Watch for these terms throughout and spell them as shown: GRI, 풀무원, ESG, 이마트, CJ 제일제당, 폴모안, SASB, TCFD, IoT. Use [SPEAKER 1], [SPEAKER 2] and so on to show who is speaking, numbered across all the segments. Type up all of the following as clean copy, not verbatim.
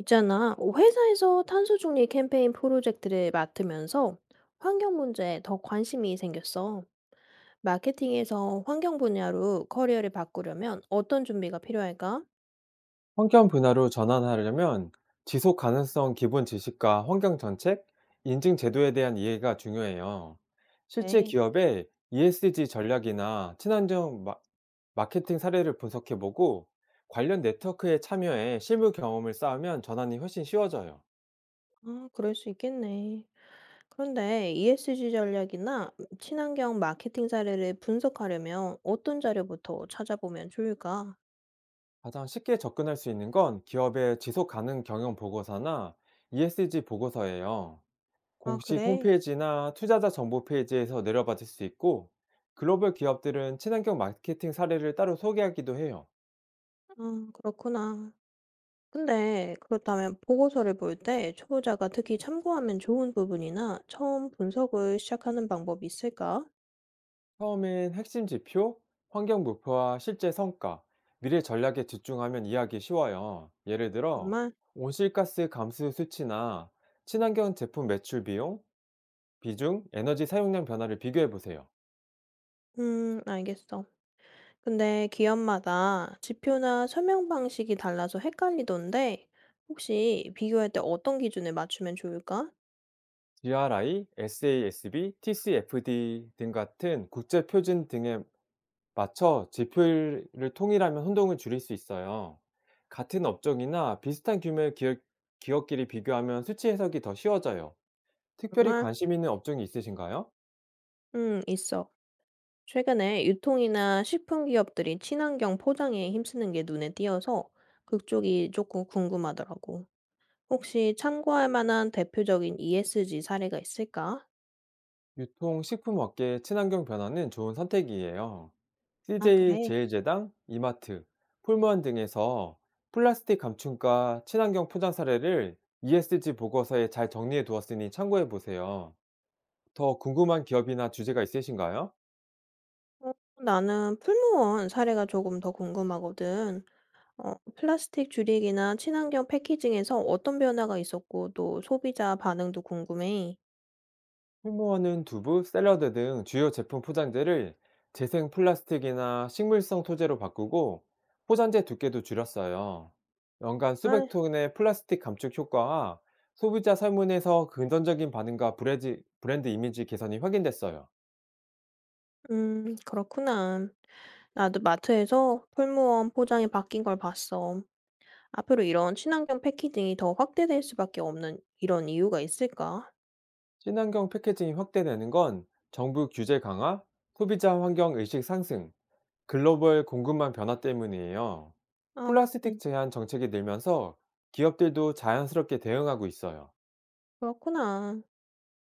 [SPEAKER 1] 있잖아, 회사에서 탄소 중립 캠페인 프로젝트를 맡으면서 환경 문제에 더 관심이 생겼어. 마케팅에서 환경 분야로 커리어를 바꾸려면 어떤 준비가 필요할까?
[SPEAKER 2] 환경 분야로 전환하려면 지속 가능성 기본 지식과 환경 정책, 인증 제도에 대한 이해가 중요해요. 실제
[SPEAKER 1] 에이,
[SPEAKER 2] 기업의 ESG 전략이나 마케팅 사례를 분석해보고 관련 네트워크에 참여해 실무 경험을 쌓으면 전환이 훨씬 쉬워져요.
[SPEAKER 1] 아, 그럴 수 있겠네. 그런데 ESG 전략이나 친환경 마케팅 사례를 분석하려면 어떤 자료부터 찾아보면 좋을까?
[SPEAKER 2] 가장 쉽게 접근할 수 있는 건 기업의 지속 가능 경영 보고서나 ESG 보고서예요.
[SPEAKER 1] 아,
[SPEAKER 2] 공식
[SPEAKER 1] 그래?
[SPEAKER 2] 홈페이지나 투자자 정보 페이지에서 내려받을 수 있고, 글로벌 기업들은 친환경 마케팅 사례를 따로 소개하기도 해요.
[SPEAKER 1] 아, 그렇구나. 근데 그렇다면 보고서를 볼 때 초보자가 특히 참고하면 좋은 부분이나 처음 분석을 시작하는 방법이 있을까?
[SPEAKER 2] 처음엔 핵심 지표, 환경 목표와 실제 성과, 미래 전략에 집중하면 이해하기 쉬워요. 예를 들어,
[SPEAKER 1] 정말?
[SPEAKER 2] 온실가스 감수 수치나 친환경 제품 매출 비용, 비중, 에너지 사용량 변화를 비교해 보세요.
[SPEAKER 1] 알겠어. 근데 기업마다 지표나 설명 방식이 달라서 헷갈리던데 혹시 비교할 때 어떤 기준에 맞추면 좋을까?
[SPEAKER 2] GRI, SASB, TCFD 등 같은 국제 표준 등의 맞춰 지표를 통일하면 혼동을 줄일 수 있어요. 같은 업종이나 비슷한 규모의 기업끼리 비교하면 수치 해석이 더 쉬워져요. 특별히
[SPEAKER 1] 정말?
[SPEAKER 2] 관심 있는 업종이 있으신가요?
[SPEAKER 1] 있어. 최근에 유통이나 식품 기업들이 친환경 포장에 힘쓰는 게 눈에 띄어서 그쪽이 조금 궁금하더라고. 혹시 참고할 만한 대표적인 ESG 사례가 있을까?
[SPEAKER 2] 유통, 식품 업계의 친환경 변화는 좋은 선택이에요.
[SPEAKER 1] 아,
[SPEAKER 2] CJ
[SPEAKER 1] 그래.
[SPEAKER 2] 제일제당, 이마트, 폴모안 등에서 플라스틱 감춘과 친환경 포장 사례를 ESG 보고서에 잘 정리해 두었으니 참고해 보세요. 더 궁금한 기업이나 주제가 있으신가요?
[SPEAKER 1] 어, 나는 풀무원 사례가 조금 더 궁금하거든. 어, 플라스틱 줄이기나 친환경 패키징에서 어떤 변화가 있었고, 또 소비자 반응도 궁금해.
[SPEAKER 2] 휴무어는 두부, 샐러드 등 주요 제품 포장재를 재생 플라스틱이나 식물성 소재로 바꾸고 포장재 두께도 줄였어요. 연간
[SPEAKER 1] 아,
[SPEAKER 2] 수백 톤의 플라스틱 감축 효과와 소비자 설문에서 긍정적인 반응과 브랜드 이미지 개선이 확인됐어요.
[SPEAKER 1] 그렇구나. 나도 마트에서 풀무원 포장이 바뀐 걸 봤어. 앞으로 이런 친환경 패키징이 더 확대될 수밖에 없는 이런 이유가 있을까?
[SPEAKER 2] 친환경 패키징이 확대되는 건 정부 규제 강화, 소비자 환경 의식 상승, 글로벌 공급망 변화 때문이에요.
[SPEAKER 1] 아, 그-
[SPEAKER 2] 플라스틱
[SPEAKER 1] 음,
[SPEAKER 2] 제한 정책이 늘면서 기업들도 자연스럽게 대응하고 있어요.
[SPEAKER 1] 그렇구나.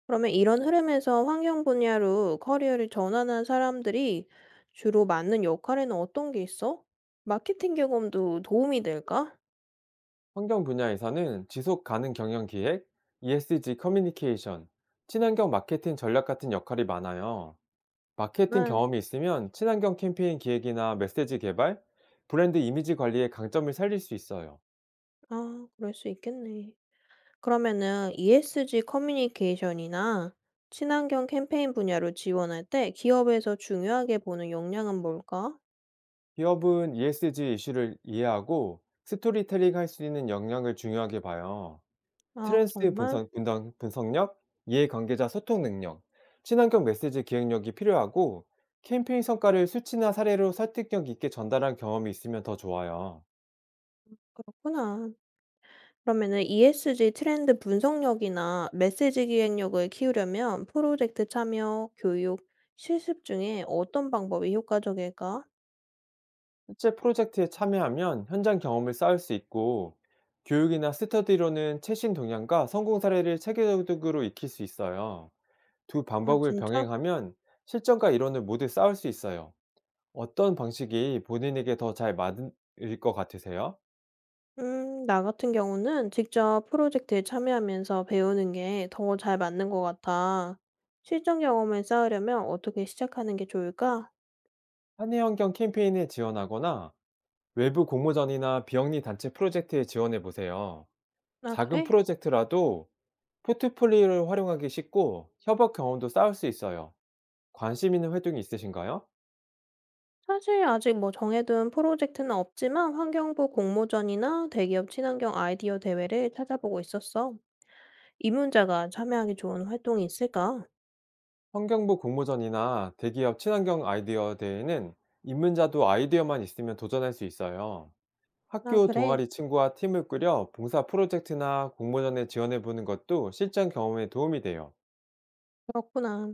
[SPEAKER 1] 그러면 이런 흐름에서 환경 분야로 커리어를 전환한 사람들이 주로 맡는 역할에는 어떤 게 있어? 마케팅 경험도 도움이 될까?
[SPEAKER 2] 환경 분야에서는 지속 가능 경영 기획, ESG 커뮤니케이션, 친환경 마케팅 전략 같은 역할이 많아요. 마케팅
[SPEAKER 1] 정말?
[SPEAKER 2] 경험이 있으면 친환경 캠페인 기획이나 메시지 개발, 브랜드 이미지 관리에 강점을 살릴 수 있어요.
[SPEAKER 1] 아, 그럴 수 있겠네. 그러면은 ESG 커뮤니케이션이나 친환경 캠페인 분야로 지원할 때 기업에서 중요하게 보는 역량은 뭘까?
[SPEAKER 2] 기업은 ESG 이슈를 이해하고 스토리텔링 할 수 있는 역량을 중요하게 봐요.
[SPEAKER 1] 아,
[SPEAKER 2] 스트레스 분
[SPEAKER 1] 정말?
[SPEAKER 2] 석 분당 분석력, 이해관계자 소통 능력, 친환경 메시지 기획력이 필요하고 캠페인 성과를 수치나 사례로 설득력 있게 전달한 경험이 있으면 더 좋아요.
[SPEAKER 1] 그렇구나. 그러면은 ESG 트렌드 분석력이나 메시지 기획력을 키우려면 프로젝트 참여, 교육, 실습 중에 어떤 방법이 효과적일까?
[SPEAKER 2] 실제 프로젝트에 참여하면 현장 경험을 쌓을 수 있고 교육이나 스터디로는 최신 동향과 성공 사례를 체계적으로 익힐 수 있어요. 두
[SPEAKER 1] 아,
[SPEAKER 2] 방법을
[SPEAKER 1] 진짜?
[SPEAKER 2] 병행하면 실전과 이론을 모두 쌓을 수 있어요. 어떤 방식이 본인에게 더 잘 맞을 것 같으세요?
[SPEAKER 1] 나 같은 경우는 직접 프로젝트에 참여하면서 배우는 게 더 잘 맞는 것 같아. 실전 경험을 쌓으려면 어떻게 시작하는 게 좋을까?
[SPEAKER 2] 한해환경 캠페인에 지원하거나 외부 공모전이나 비영리 단체 프로젝트에 지원해 보세요.
[SPEAKER 1] 아,
[SPEAKER 2] 작은
[SPEAKER 1] 그래?
[SPEAKER 2] 프로젝트라도 포트폴리오를 활용하기 쉽고 협업 경험도 쌓을 수 있어요. 관심 있는 활동이 있으신가요?
[SPEAKER 1] 사실 아직 뭐 정해둔 프로젝트는 없지만 환경부 공모전이나 대기업 친환경 아이디어 대회를 찾아보고 있었어. 이문자가 참여하기 좋은 활동이 있을까?
[SPEAKER 2] 환경부 공모전이나 대기업 친환경 아이디어 대회는 입문자도 아이디어만 있으면 도전할 수 있어요.
[SPEAKER 1] 아,
[SPEAKER 2] 학교
[SPEAKER 1] 그래.
[SPEAKER 2] 동아리 친구와 팀을 꾸려 봉사 프로젝트나 공모전에 지원해 보는 것도 실전 경험에 도움이 돼요.
[SPEAKER 1] 그렇구나.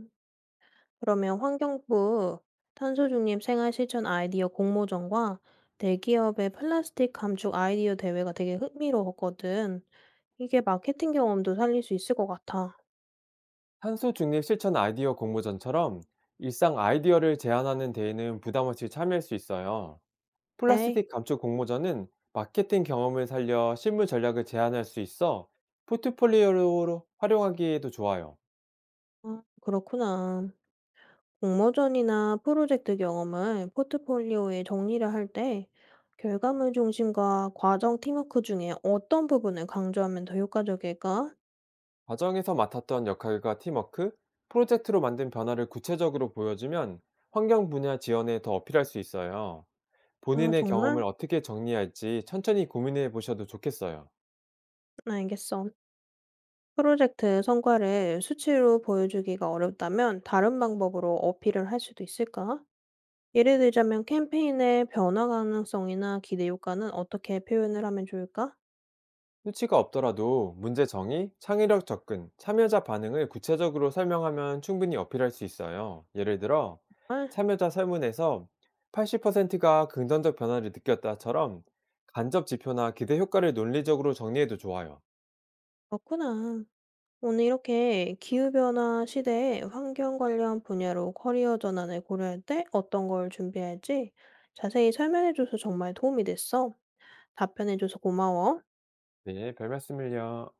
[SPEAKER 1] 그러면 환경부 탄소중립 생활실천 아이디어 공모전과 대기업의 플라스틱 감축 아이디어 대회가 되게 흥미로웠거든. 이게 마케팅 경험도 살릴 수 있을 것 같아.
[SPEAKER 2] 탄소 중립 실천 아이디어 공모전처럼 일상 아이디어를 제안하는 대회는 부담 없이 참여할 수 있어요.
[SPEAKER 1] 네.
[SPEAKER 2] 플라스틱 감축 공모전은 마케팅 경험을 살려 실무 전략을 제안할 수 있어 포트폴리오로 활용하기에도 좋아요.
[SPEAKER 1] 아, 그렇구나. 공모전이나 프로젝트 경험을 포트폴리오에 정리를 할 때 결과물 중심과 과정 팀워크 중에 어떤 부분을 강조하면 더 효과적일까?
[SPEAKER 2] 과정에서 맡았던 역할과 팀워크, 프로젝트로 만든 변화를 구체적으로 보여주면 환경 분야 지원에 더 어필할 수 있어요.
[SPEAKER 1] 아,
[SPEAKER 2] 본인의 경험을
[SPEAKER 1] 정말?
[SPEAKER 2] 어떻게 정리할지 천천히 고민해 보셔도 좋겠어요.
[SPEAKER 1] 알겠어. 프로젝트 성과를 수치로 보여주기가 어렵다면 다른 방법으로 어필을 할 수도 있을까? 예를 들자면 캠페인의 변화 가능성이나 기대 효과는 어떻게 표현을 하면 좋을까?
[SPEAKER 2] 수치가 없더라도 문제 정의, 창의력 접근, 참여자 반응을 구체적으로 설명하면 충분히 어필할 수 있어요. 예를 들어,
[SPEAKER 1] 아,
[SPEAKER 2] 참여자 설문에서 80%가 긍정적 변화를 느꼈다처럼 간접 지표나 기대 효과를 논리적으로 정리해도 좋아요.
[SPEAKER 1] 그렇구나. 오늘 이렇게 기후변화 시대에 환경 관련 분야로 커리어 전환을 고려할 때 어떤 걸 준비할지 자세히 설명해줘서 정말 도움이 됐어. 답변해줘서 고마워.
[SPEAKER 2] 네, 별 말씀을요.